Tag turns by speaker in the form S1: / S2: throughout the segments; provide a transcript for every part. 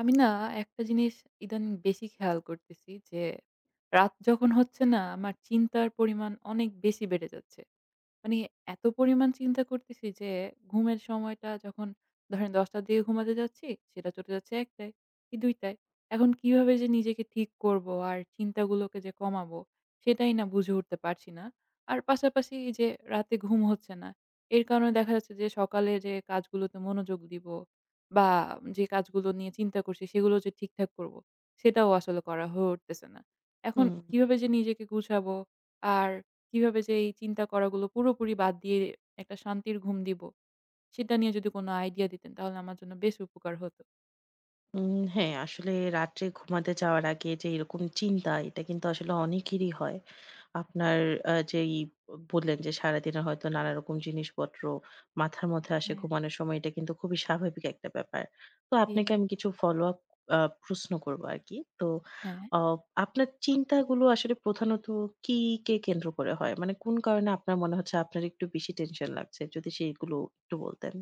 S1: আমি না একটা জিনিস ইদানিং বেশি খেয়াল করতেছি যে, রাত যখন হচ্ছে না আমার চিন্তার পরিমাণ অনেক বেশি বেড়ে যাচ্ছে। মানে এত পরিমাণ চিন্তা করতেছি যে, ঘুমের সময়টা যখন ধরেন ১০ টার দিকে ঘুমাতে যাচ্ছি, সেটা চলে যাচ্ছে ১ টায় কি ২ টায়। এখন কিভাবে যে নিজেকে ঠিক করব আর চিন্তাগুলোকে যে কমাবো, সেটাই না বুঝে উঠতে পারছি না। আর পাশাপাশি এই যে রাতে ঘুম হচ্ছে না, এর কারণে দেখা যাচ্ছে যে সকালে যে কাজগুলোতে মনোযোগ দিব বা যে কাজগুলো নিয়ে চিন্তা করছি সেগুলো যে ঠিকঠাক করব, সেটাও আসলে করা হয়ে উঠতেছে না। এখন
S2: হুম,
S1: কিভাবে যে নিজেকে গুছাবো আর কিভাবে যে এই চিন্তা করাগুলো পুরোপুরি বাদ দিয়ে একটা শান্তির ঘুম দিব, সেটা নিয়ে যদি কোনো আইডিয়া দিতেন তাহলে আমার জন্য বেশ উপকার হতো।
S2: হ্যাঁ, আসলে রাত্রে ঘুমাতে যাওয়ার আগে যে এরকম চিন্তা, এটা কিন্তু আসলে অনেকেরই হয়। আপনার যেই বললেন যে সারাদিনে হয়তো নানারকম জিনিসপত্র মাথার মধ্যে আসে
S1: হ্যাঁ,
S2: ঘুমানোর সময়, এটা কিন্তু খুবই স্বাভাবিক একটা ব্যাপার। তো
S1: জি।
S2: আপনাকে আমি কিছু follow up আ প্রশ্ন করব আরকি। তো
S1: হ্যাঁ।
S2: আ আপনার চিন্তাগুলো আসলে প্রধানত কি কে কেন্দ্র করে হয়? মানে কোন কারণে আপনার মনে হচ্ছে আপনার একটু বেশি টেনশন লাগছে? যদি সেইগুলো একটু বলতেন।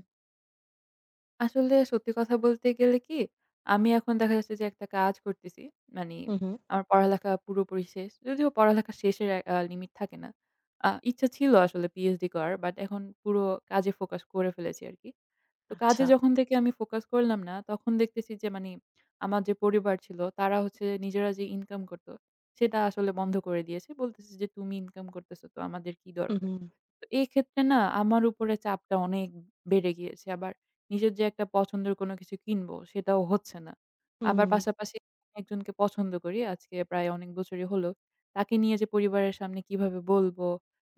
S1: আসলে সত্যি কথা বলতে গেলে কি, আমি এখন দেখা যাচ্ছে যে একটা কাজ করতেছি। মানি
S2: হুম, হুম।
S1: আমার পড়ালেখা পুরোপুরি শেষ। যদিও পড়ালেখা শেষের লিমিট থাকে না। ইচ্ছা ছিল আসলে পিএইচডি করার। বাট এখন পুরো কাজে ফোকাস করে ফেলেছি আরকি। তো
S2: আচ্ছা।
S1: কাজে যখন থেকে আমি ফোকাস করলাম না, তখন দেখতেছি যে আমার যে পরিবার ছিল, তারা হচ্ছে নিজেরা যে ইনকাম করত, সেটা আসলে বন্ধ করে দিয়েছে। বলতেছে যে, "তুমি ইনকাম করতেছো তো আমাদের কি
S2: হুম,
S1: দরকার?"
S2: হুম,
S1: তো এক্ষেত্রে না আমার উপরে চাপটা অনেক বেড়ে গিয়েছে। আবার নিজের যে একটা পছন্দের কোনো কিছু কিনবো সেটাও হচ্ছে না। আবার
S2: হুম।
S1: পাশাপাশি একজনকে পছন্দ করি আজকে প্রায় অনেক বছরই হলো। তাকে নিয়ে যে পরিবারের সামনে কিভাবে বলবো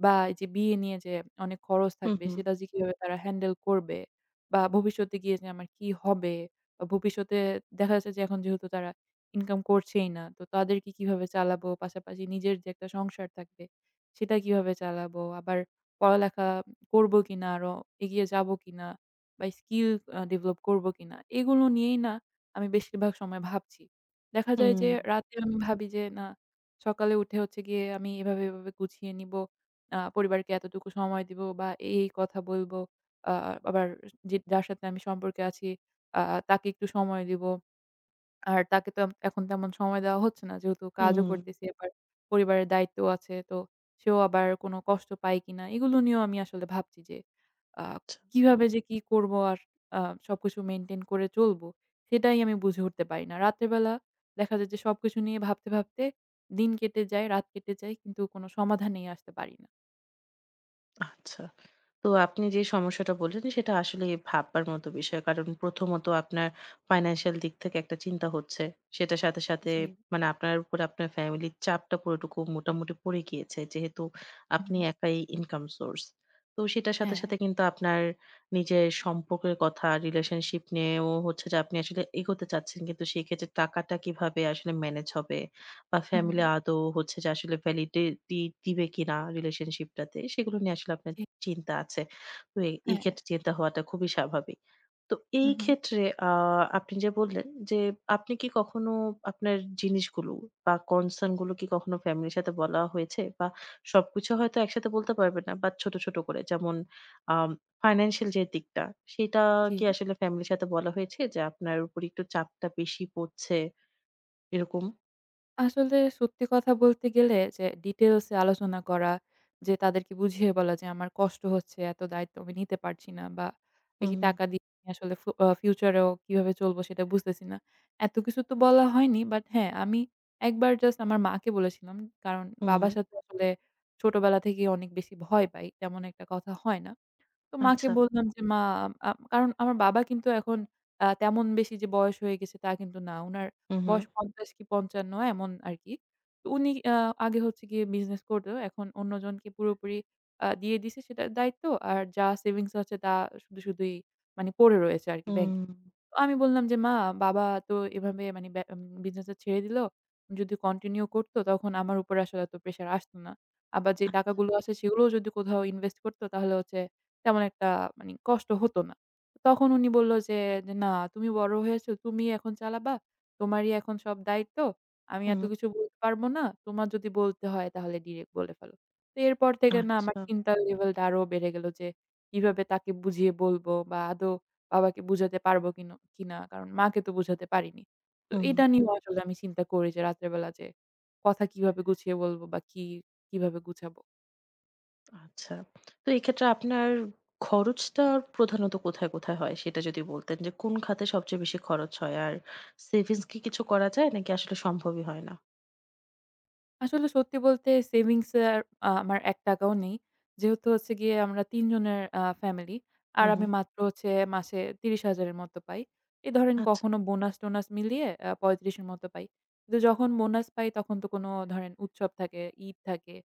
S1: বা এই যে বিয়ে নিয়ে যে অনেক খরচ
S2: হু,
S1: থাকবে
S2: হু।
S1: সেটা যে কিভাবে তারা হ্যান্ডেল করবে বা ভবিষ্যতে গিয়ে যে আমার কি হবে বা ভবিষ্যতে দেখা যাচ্ছে যে এখন যেহেতু তারা ইনকাম করছেই না। তো তাদেরকে কিভাবে চালাবো? পাশাপাশি নিজের যে একটা সংসার থাকবে সেটা কিভাবে চালাবো? আবার পড়ালেখা করব কিনা, আরো এগিয়ে যাব কিনা বা স্কিল ডেভেলপ করব কিনা, এগুলো নিয়েই না আমি বেশিরভাগ সময় ভাবছি। দেখা যায়
S2: হুম,
S1: যে রাতে আমি ভাবি যে না সকালে উঠে হচ্ছে গিয়ে আমি এভাবে, এভাবে গুছিয়ে নিব। পরিবারকে এতটুকু সময় দিব বা এই কথা বলব। আ আবার যে যার সাথে আমি সম্পর্কে আছি আ তাকে একটু সময় দিব। আর তাকে তো এখন তেমন সময় দেওয়া হচ্ছে না। যেহেতু কাজও
S2: হুম।
S1: করতেছি আবার পরিবারের দায়িত্বও আছে। তো সেও আবার কোনো কষ্ট পায় কিনা? এগুলো নিয়েও আমি আসলে ভাবছি যে আ
S2: আচ্ছা,
S1: কিভাবে যে কি করব আর আ সবকিছু মেইনটেইন করে চলবো? সেটাই আমি বুঝে উঠতে পারি না। রাতের বেলা দেখা যায় যে সবকিছু নিয়ে ভাবতে, ভাবতে দিন কেটে যায়, রাত কেটে যায় কিন্তু কোনো সমাধানেই আসতে পারি না।
S2: আচ্ছা। তো আপনি যে সমস্যাটা বললেন সেটা আসলে ভাববার মতো বিষয়। কারণ প্রথমত আপনার ফাইন্যান্সিয়াল দিক থেকে একটা চিন্তা হচ্ছে। সেটার সাথে, সাথে
S1: জি।
S2: মানে আপনার উপর আপনার ফ্যামিলির চাপটা পুরোটুকু মোটামুটি পড়ে গিয়েছে। যেহেতু আপনি
S1: হুম,
S2: একাই ইনকাম সোর্স। তো সেটার সাথে,
S1: হ্যাঁ।
S2: সাথে কিন্তু আপনার নিজের সম্পর্কের কথা, রিলেশনশিপ নিয়েও হচ্ছে যে আপনি আসলে এগোতে চাচ্ছেন। কিন্তু সেক্ষেত্রে টাকাটা কিভাবে আসলে ম্যানেজ হবে বা
S1: হুম, হুম।
S2: ফ্যামিলি আদৌ হচ্ছে যে আসলে ভ্যালিডিটি দিবে কিনা রিলেশনশিপটাতে সেগুলো নিয়ে আসলে আপনার
S1: জি।
S2: চিন্তা আছে। তো এই
S1: হ্যাঁ।
S2: ক্ষেত্রে চিন্তা হওয়াটা খুবই স্বাভাবিক। তো এই
S1: হুম, হুম।
S2: ক্ষেত্রে আ আপনি যে বললেন যে, আপনি কি কখনো আপনার জিনিসগুলো বা কনসার্ন গুলো কি কখনো ফ্যামিলির সাথে বলা হয়েছে? বা সবকিছু হয়তো একসাথে বলতে পারবে না, বাট ছোট, ছোট করে যেমন আম ফাইন্যান্সিয়াল যে দিকটা, সেটা
S1: জি।
S2: কি আসলে ফ্যামিলির সাথে বলা হয়েছে যে, আপনার উপর একটু চাপটা বেশি পড়ছে এরকম?
S1: আসলে সত্যি কথা বলতে গেলে যে ডিটেইলস এ আলোচনা করা, যে তাদেরকে বুঝিয়ে বলা যে আমার কষ্ট হচ্ছে, এত দায়িত্ব আমি নিতে পারছি না বা এই
S2: হুম,
S1: টাকা দিয়ে আমি আসলে ফু আ ফিউচার এও কিভাবে চলবো সেটা বুঝতেছি না। এত কিছু তো বলা হয়নি। বাট হ্যাঁ, আমি একবার জাস্ট আমার মাকে বলেছিলাম। কারণ
S2: হুম,
S1: বাবার সাথে আসলে ছোটবেলা থেকেই অনেক বেশি ভয় পাই। তেমন একটা কথা হয় না। তো মাকে
S2: আচ্ছা।
S1: বললাম যে, "মা।" কারণ আমার বাবা কিন্তু এখন তেমন বেশি যে বয়স হয়ে গেছে তা কিন্তু না। উনার
S2: হুম, হুম,
S1: বয়স ৫০ কি ৫৫ এমন আরকি। তো উনি আগে হচ্ছে গিয়ে বিজনেস করতো। এখন অন্যজনকে পুরোপুরি দিয়ে দিছে সেটার দায়িত্ব। আর যা সেভিংস আছে তা শুধুই মানে পড়ে রয়েছে আরকি
S2: হুম,
S1: ব্যাংকে। তো আমি বললাম যে, "মা, বাবা তো এভাবে মানে বিজনেসটা ছেড়ে দিল। যদি কন্টিনিউ করত তখন আমার উপর আসলে এত প্রেশার আসত না। আবার যে
S2: আচ্ছা,
S1: টাকাগুলো আসে সেগুলোও যদি কোথাও ইনভেস্ট করত তাহলে হচ্ছে তেমন একটা মানি কষ্ট হতো না।" তখন উনি বলল যে, "না তুমি বড় হয়েছো, তুমিই এখন চালাবা। তোমারই এখন সব দায়িত্ব। আমি
S2: হুম,
S1: এত কিছু বলতে পারবো না। তোমার যদি বলতে হয় তাহলে ডিরেক্ট বলে ফেলো।" তো এরপর থেকে না আমার
S2: আচ্ছা,
S1: চিন্তার লেভেলটা আরো বেড়ে গেল যে কিভাবে তাকে বুঝিয়ে বলবো বা আদৌ বাবাকে বুঝাতে পারবো কিনা। কারণ মাকে তো বুঝাতে পারিনি। তো
S2: হুম।
S1: এটা নিয়েও আসলে আমি চিন্তা করি যে রাতের বেলা যে কথা কিভাবে গুছিয়ে বলবো বা কিভাবে গুছাবো?
S2: আচ্ছা। তো এক্ষেত্রে আপনার খরচটা প্রধানত কোথায়, কোথায় হয়? সেটা যদি বলতেন যে কোন খাতে সবচেয়ে বেশি খরচ হয়? আর সেভিংস কি কিছু করা যায় নাকি আসলে সম্ভবই হয় না?
S1: আসলে সত্যি বলতে সেভিংস এ আর আমার ৳১ ও নেই। যেহেতু হচ্ছে গিয়ে আমরা ৩ জনের ফ্যামিলি।
S2: হু,
S1: আর
S2: হু।
S1: আমি মাত্র হচ্ছে মাসে ৩০,০০০ এর মতো পাই। এই ধরেন
S2: আচ্ছা।
S1: কখনো বোনাস-টোনাস মিলিয়ে ৩৫ এর মতো পাই। কিন্তু যখন বোনাস পাই তখন তো কোনো ধরেন উৎসব থাকে, ঈদ থাকে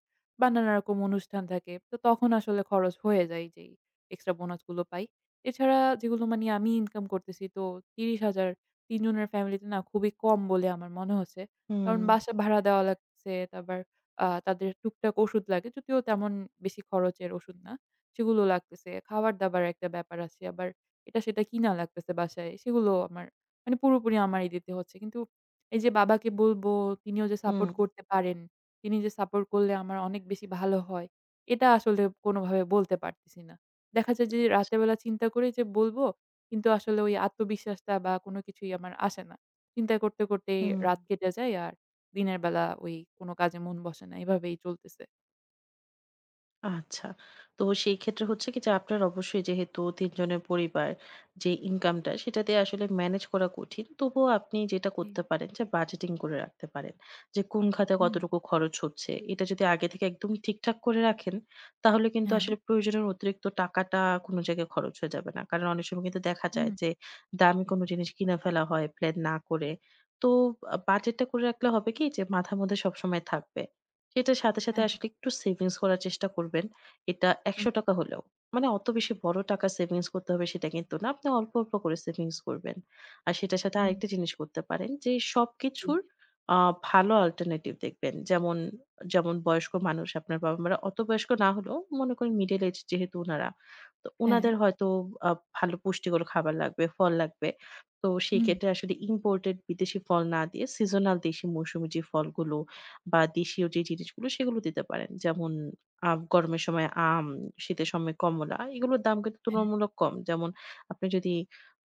S1: বা নানা রকম অনুষ্ঠান থাকে। তো তখন আসলে খরচ হয়ে যায় যেই এক্সট্রা বোনাসগুলো পাই। এছাড়া যেগুলো মানে আমি ইনকাম করতেছি তো ৩০,০০০ ৩ জনের ফ্যামিলিতে না খুবই কম বলে আমার মনে হচ্ছে।
S2: হুম,
S1: কারণ বাসা ভাড়া দেওয়া লাগছে। তারপর তাদের টুকটাক ওষুধ লাগে। যদিও তেমন বেশি খরচের ওষুধ না। সেগুলো লাগতেছে। খাবার-দাবার একটা ব্যাপার আছে। আবার এটা-সেটা কিনা লাগতেছে বাসায়। সেগুলো আমার মানে পুরোপুরি আমারই দিতে হচ্ছে। কিন্তু এই যে বাবাকে বলবো, তিনিও যে
S2: হুম।
S1: সাপোর্ট করতে পারেন, তিনি যে সাপোর্ট করলে আমার অনেক বেশি ভালো হয়, এটা আসলে কোনোভাবে বলতে পারতেছি না। দেখা যায় যে
S2: আচ্ছা।
S1: রাতের বেলা চিন্তা করি যে বলবো, কিন্তু আসলে ওই আত্মবিশ্বাসটা বা কোনো কিছুই আমার আসে না। চিন্তা করতে, করতেই
S2: হুম।
S1: রাত কেটে যায় আর দিনের বেলা ওই কোনো কাজে মন বসে না। এভাবেই চলতেছে।
S2: আচ্ছা। তো সেই ক্ষেত্রে হচ্ছে কি যে আপনার অবশ্যই যেহেতু ৩ জনের পরিবার, যে ইনকামটা সেটা দিয়ে আসলে ম্যানেজ করা কঠিন। তবুও আপনি যেটা
S1: জি।
S2: করতে পারেন যে বাজেটিং করে রাখতে পারেন। যে কোন খাতে
S1: হুম।
S2: কতটুকু খরচ হচ্ছে এটা যদি আগে থেকে একদম ঠিকঠাক করে রাখেন, তাহলে কিন্তু
S1: হ্যাঁ।
S2: আসলে প্রয়োজনের অতিরিক্ত টাকাটা কোন জায়গায় খরচ হয়ে যাবে না। কারণ অনেক সময় কিন্তু দেখা যায়
S1: হুম।
S2: যে দামি কোন জিনিস কিনে ফেলা হয় প্ল্যান না করে। তো বাজেটটা করে রাখলে হবে কি যে মাথার মধ্যে সবসময় থাকবে। সেটার সাথে, সাথে
S1: হ্যাঁ।
S2: আসলে একটু সেভিংস করার চেষ্টা করবেন। এটা ৳১০০
S1: হুম,
S2: হলেও। মানে অত বেশি বড় টাকা সেভিংস করতে হবে সেটা কিন্তু না। আপনি অল্প, অল্প করে সেভিংস করবেন। আর সেটার সাথে
S1: হুম।
S2: আরেকটা জিনিস করতে পারেন যে
S1: জি।
S2: সবকিছুর আ ভালো অল্টারনেটিভ দেখবেন। যেমন বয়স্ক মানুষ আপনার বাবা-মারা অত বয়স্ক না হলেও মনে করেন মিডল এজ যেহেতু উনারা। তো
S1: হ্যাঁ।
S2: উনাদের হয়তো আ ভালো পুষ্টিকর খাবার লাগবে, ফল লাগবে। তো সেই
S1: হুম।
S2: ক্ষেত্রে আসলে ইম্পোর্টেড বিদেশি ফল না দিয়ে সিজনাল দেশি মৌসুমী যে ফলগুলো বা দেশীয় যে জিনিসগুলো সেগুলো দিতে পারেন।
S1: জি।
S2: যেমন গরমের সময় আম, শীতের সময় কমলা এগুলোর দাম কিন্তু
S1: হ্যাঁ।
S2: তুলনামূলক কম। যেমন আপনি যদি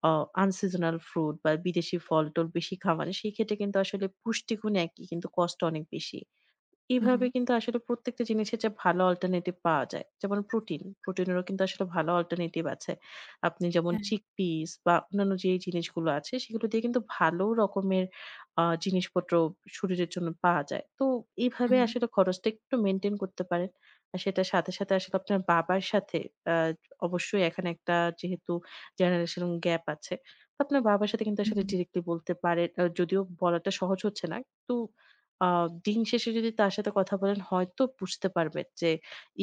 S2: অ আনসিজনাল ফ্রুট বা বিদেশি ফল-টল বেশি খাওয়ান, সেই ক্ষেত্রে কিন্তু আসলে পুষ্টিগুণ একই কিন্তু কস্ট অনেক বেশি।
S1: হু, হু।
S2: এভাবে কিন্তু আসলে প্রত্যেকটা জিনিসের যে ভালো অল্টারনেটিভ পাওয়া যায়। যেমন প্রোটিন, প্রোটিনেরও কিন্তু আসলে ভালো অল্টারনেটিভ আছে। আপনি যেমন
S1: হ্যাঁ।
S2: চিকপিস বা অন্যান্য যে জিনিসগুলো আছে সেগুলো দিয়ে কিন্তু ভালো রকমের জিনিসপত্র শরীরের জন্য পাওয়া যায়। তো
S1: হু,
S2: এইভাবে
S1: হু।
S2: আসলে খরচটা একটু মেইনটেইন করতে পারেন। আর সেটার সাথে, সাথে আসলে আপনার বাবার সাথে আ অবশ্যই এখানে একটা যেহেতু জেনারেশন গ্যাপ আছে। তো আপনার বাবার সাথে কিন্তু
S1: হু,
S2: আসলে
S1: হু।
S2: ডিরেক্টলি বলতে পারেন। যদিও বলাটা সহজ হচ্ছে না। তো আ দিন শেষে যদি তার সাথে কথা বলেন হয়তো বুঝতে পারবেন যে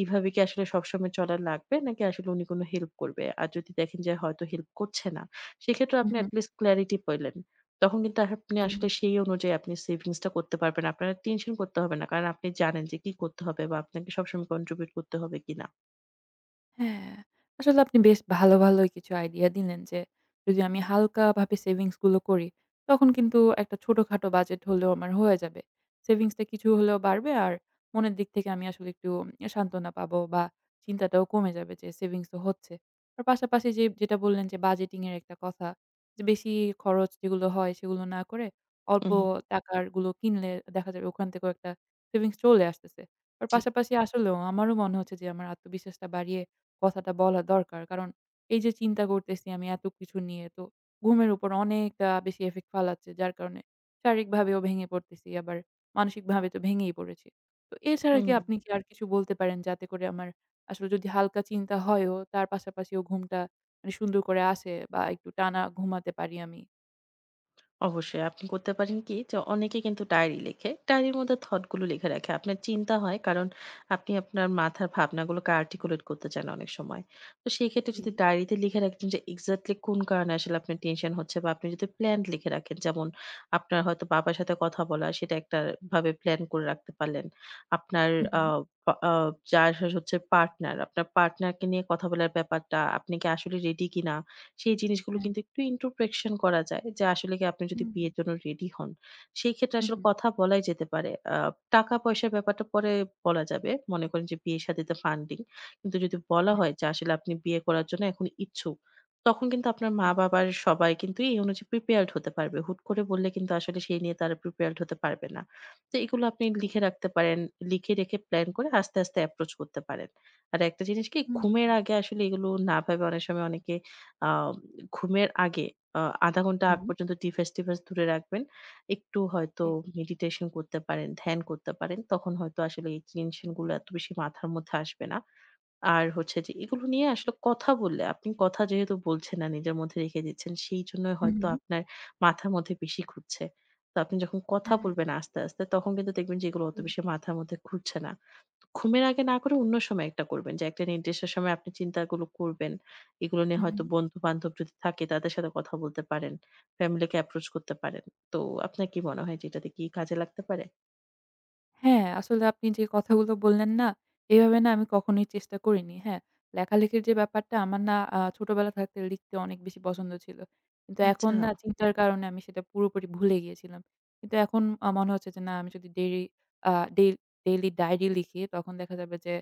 S2: এভাবে কি আসলে সবসময় চলা লাগবে নাকি আসলে উনি কোনো হেল্প করবে। আর যদি দেখেন যে হয়তো হেল্প করছে না, সেক্ষেত্রে
S1: হু,
S2: আপনি
S1: হু।
S2: এট লিস্ট ক্লারিটি পেলেন। তখন কিন্তু আপনি
S1: জি।
S2: আসলে সেই অনুযায়ী আপনি সেভিংস টা করতে পারবেন। আপনার টেনশন করতে হবে না। কারণ আপনি জানেন যে কি করতে হবে বা আপনাকে সবসময় কন্ট্রিবিউট করতে হবে কিনা।
S1: হ্যাঁ, আসলে আপনি বেশ ভালো, ভালোই কিছু আইডিয়া দিলেন যে, যদি আমি হালকাভাবে সেভিংস গুলো করি, তখন কিন্তু একটা ছোটখাটো বাজেট হলেও আমার হয়ে যাবে। সেভিংসটা কিছু হলেও বাড়বে আর মনের দিক থেকে আমি আসলে একটু সান্ত্বনা পাবো বা চিন্তাটাও কমে যাবে যে সেভিংস তো হচ্ছে। আর পাশাপাশি যে যেটা বললেন যে বাজেটিং এর একটা কথা, যে বেশি খরচ যেগুলো হয় সেগুলো না করে অল্প
S2: হুম, হুম,
S1: টাকার গুলো কিনলে দেখা যাবে ওখান থেকেও একটা সেভিংস চলে আসতেছে। আর
S2: জি।
S1: পাশাপাশি আসলেও আমারও মনে হচ্ছে যে আমার আত্মবিশ্বাসটা বাড়িয়ে কথাটা বলা দরকার। কারণ এই যে চিন্তা করতেছি আমি এত কিছু নিয়ে তো ঘুমের উপর অনেকটা বেশি ইফেক্ট ফালাচ্ছে। যার কারণে শারীরিকভাবেও ভেঙে পড়তেছি, আবার মানসিকভাবে তো ভেঙেই পড়েছি। তো এছাড়া
S2: হুম।
S1: কি আপনি কি আর কিছু বলতে পারেন যাতে করে আমার আসলে যদি হালকা চিন্তা হয়ও তার পাশাপাশিও ঘুমটা মানে সুন্দর করে আসে বা একটু টানা ঘুমাতে পারি আমি?
S2: অবশ্যই আপনি করতে পারেন কি যে অনেকে কিন্তু ডায়েরি লেখে, ডায়েরির মধ্যে থটগুলো লিখে রাখে। আপনার চিন্তা হয় কারণ আপনি আপনার মাথার ভাবনাগুলোকে আর্টিকুলেট করতে চান অনেক সময়। তো সেই ক্ষেত্রে
S1: জি।
S2: যদি ডায়েরিতে লিখে রাখেন যে এক্স্যাক্টলি কোন কারণে আসলে আপনার টেনশন হচ্ছে বা আপনি যদি প্ল্যান লিখে রাখেন, যেমন আপনার হয়তো বাবার সাথে কথা বলা সেটা একটা ভাবে প্ল্যান করে রাখতে পারলেন। আপনার
S1: হু, হু।
S2: আহ যার হচ্ছে পার্টনার, আপনার পার্টনারকে নিয়ে কথা বলার ব্যাপারটা আপনি কি আসলে রেডি কিনা, সেই জিনিসগুলো
S1: হ্যাঁ।
S2: কিন্তু একটু ইন্ট্রোস্পেকশন করা যায় যে আসলে কি আপনি যদি
S1: হুম,
S2: বিয়ের জন্য রেডি হন, সেই ক্ষেত্রে
S1: হু,
S2: আসলে
S1: হু।
S2: কথা বলাই যেতে পারে। টাকা-পয়সার ব্যাপারটা পরে বলা যাবে। মনে করেন যে বিয়ে শাদীতে ফান্ডিং। কিন্তু যদি বলা
S1: হ্যাঁ,
S2: হয় যে আসলে আপনি বিয়ে করার জন্য এখন ইচ্ছুক, তখন কিন্তু আপনার মা-বাবার সবাই কিন্তু এই অনুযায়ী প্রিপেয়ারড হতে পারবে। হুট করে বললে কিন্তু আসলে সেই নিয়ে তারা প্রিপেয়ারড হতে পারবে না। তো এগুলো আপনি লিখে রাখতে পারেন। লিখে রেখে প্ল্যান করে আস্তে, আস্তে অ্যাপ্রোচ করতে পারেন। আর একটা জিনিস, কি
S1: হুম,
S2: ঘুমের আগে আসলে এগুলো না ভেবে, অনেক সময় অনেকে আ ঘুমের আগে ০.৫ ঘন্টা
S1: হুম,
S2: আগ
S1: হুম।
S2: পর্যন্ত ডিভাইস-টিভাইস দূরে রাখবেন। একটু হয়তো
S1: জি।
S2: মেডিটেশন করতে পারেন, ধ্যান করতে পারেন। তখন হয়তো আসলে এই টেনশন গুলো এত বেশি মাথার মধ্যে আসবে না। আর হচ্ছে যে এগুলো নিয়ে আসলে কথা বললে, আপনি কথা যেহেতু বলছেন না, নিজের মধ্যে রেখে দিচ্ছেন, সেই জন্যই
S1: হু,
S2: হয়তো
S1: হু।
S2: আপনার মাথার মধ্যে বেশি ঘুরছে। তো আপনি যখন কথা
S1: হ্যাঁ,
S2: বলবেন আস্তে, আস্তে, তখন কিন্তু দেখবেন যে এগুলো অত
S1: জি।
S2: বেশি মাথার মধ্যে ঘুরছে না। ঘুমের আগে না করে অন্য সময় একটা করবেন। যে একটা নির্দিষ্ট সময় আপনি চিন্তাগুলো করবেন। এগুলো নিয়ে
S1: হু।
S2: হয়তো বন্ধু-বান্ধব যদি থাকে তাদের সাথে কথা বলতে পারেন। ফ্যামিলিকে অ্যাপ্রোচ করতে পারেন। তো আপনার কি মনে হয় যে এটাতে কি কাজে লাগতে পারে?
S1: হ্যাঁ, আসলে আপনি যে কথাগুলো বললেন না, এভাবে না আমি কখনোই চেষ্টা করিনি। হ্যাঁ, লেখালেখির যে ব্যাপারটা আমার না ছোটবেলা থাকতে লিখতে অনেক বেশি পছন্দ ছিল। কিন্তু এখন
S2: আচ্ছা।
S1: না চিন্তার কারণে আমি সেটা পুরোপুরি ভুলে গিয়েছিলাম। কিন্তু এখন মনে হচ্ছে যে না আমি যদি ডেইরি আ ডেই ডেইলি ডায়েরি লিখি তখন দেখা যাবে যে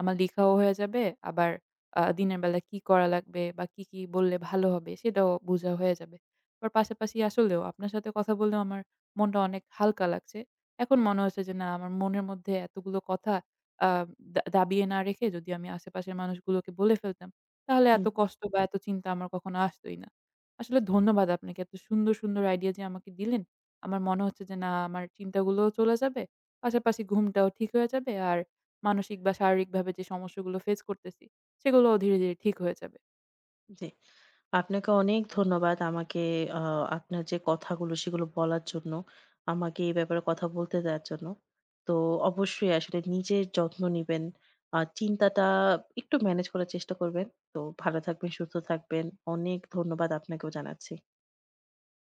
S1: আমার লিখাও হয়ে যাবে আবার দিনের বেলা কি করা লাগবে বা কি, কি বললে ভালো হবে সেটাও বোঝা হয়ে যাবে। আবার পাশাপাশি আসলেও আপনার সাথে কথা বললেও আমার মনটা অনেক হালকা লাগছে। এখন মনে হচ্ছে যে না আমার মনের মধ্যে এতগুলো কথা আ দা দাবিয়ে না রেখে যদি আমি আশেপাশের মানুষগুলোকে বলে ফেলতাম, তাহলে এত
S2: হুম।
S1: কষ্ট বা এত চিন্তা আমার কখনো আসতই না। আসলে ধন্যবাদ আপনাকে। এত সুন্দর, সুন্দর আইডিয়া যে আমাকে দিলেন। আমার মনে হচ্ছে যে না আমার চিন্তাগুলোও চলে যাবে। পাশাপাশি ঘুমটাও ঠিক হয়ে যাবে। আর মানসিক বা শারীরিকভাবে যে সমস্যাগুলো ফেস করতেছি, সেগুলোও ধীরে, ধীরে ঠিক হয়ে যাবে।
S2: জি। আপনাকে অনেক ধন্যবাদ আমাকে আ আপনার যে কথাগুলো সেগুলো বলার জন্য। আমাকে এই ব্যাপারে কথা বলতে দেওয়ার জন্য। তো অবশ্যই আসলে নিজের যত্ন নিবেন। আর চিন্তাটা একটু ম্যানেজ করার চেষ্টা করবেন। তো ভালো থাকবেন, সুস্থ থাকবেন। অনেক ধন্যবাদ আপনাকেও জানাচ্ছি।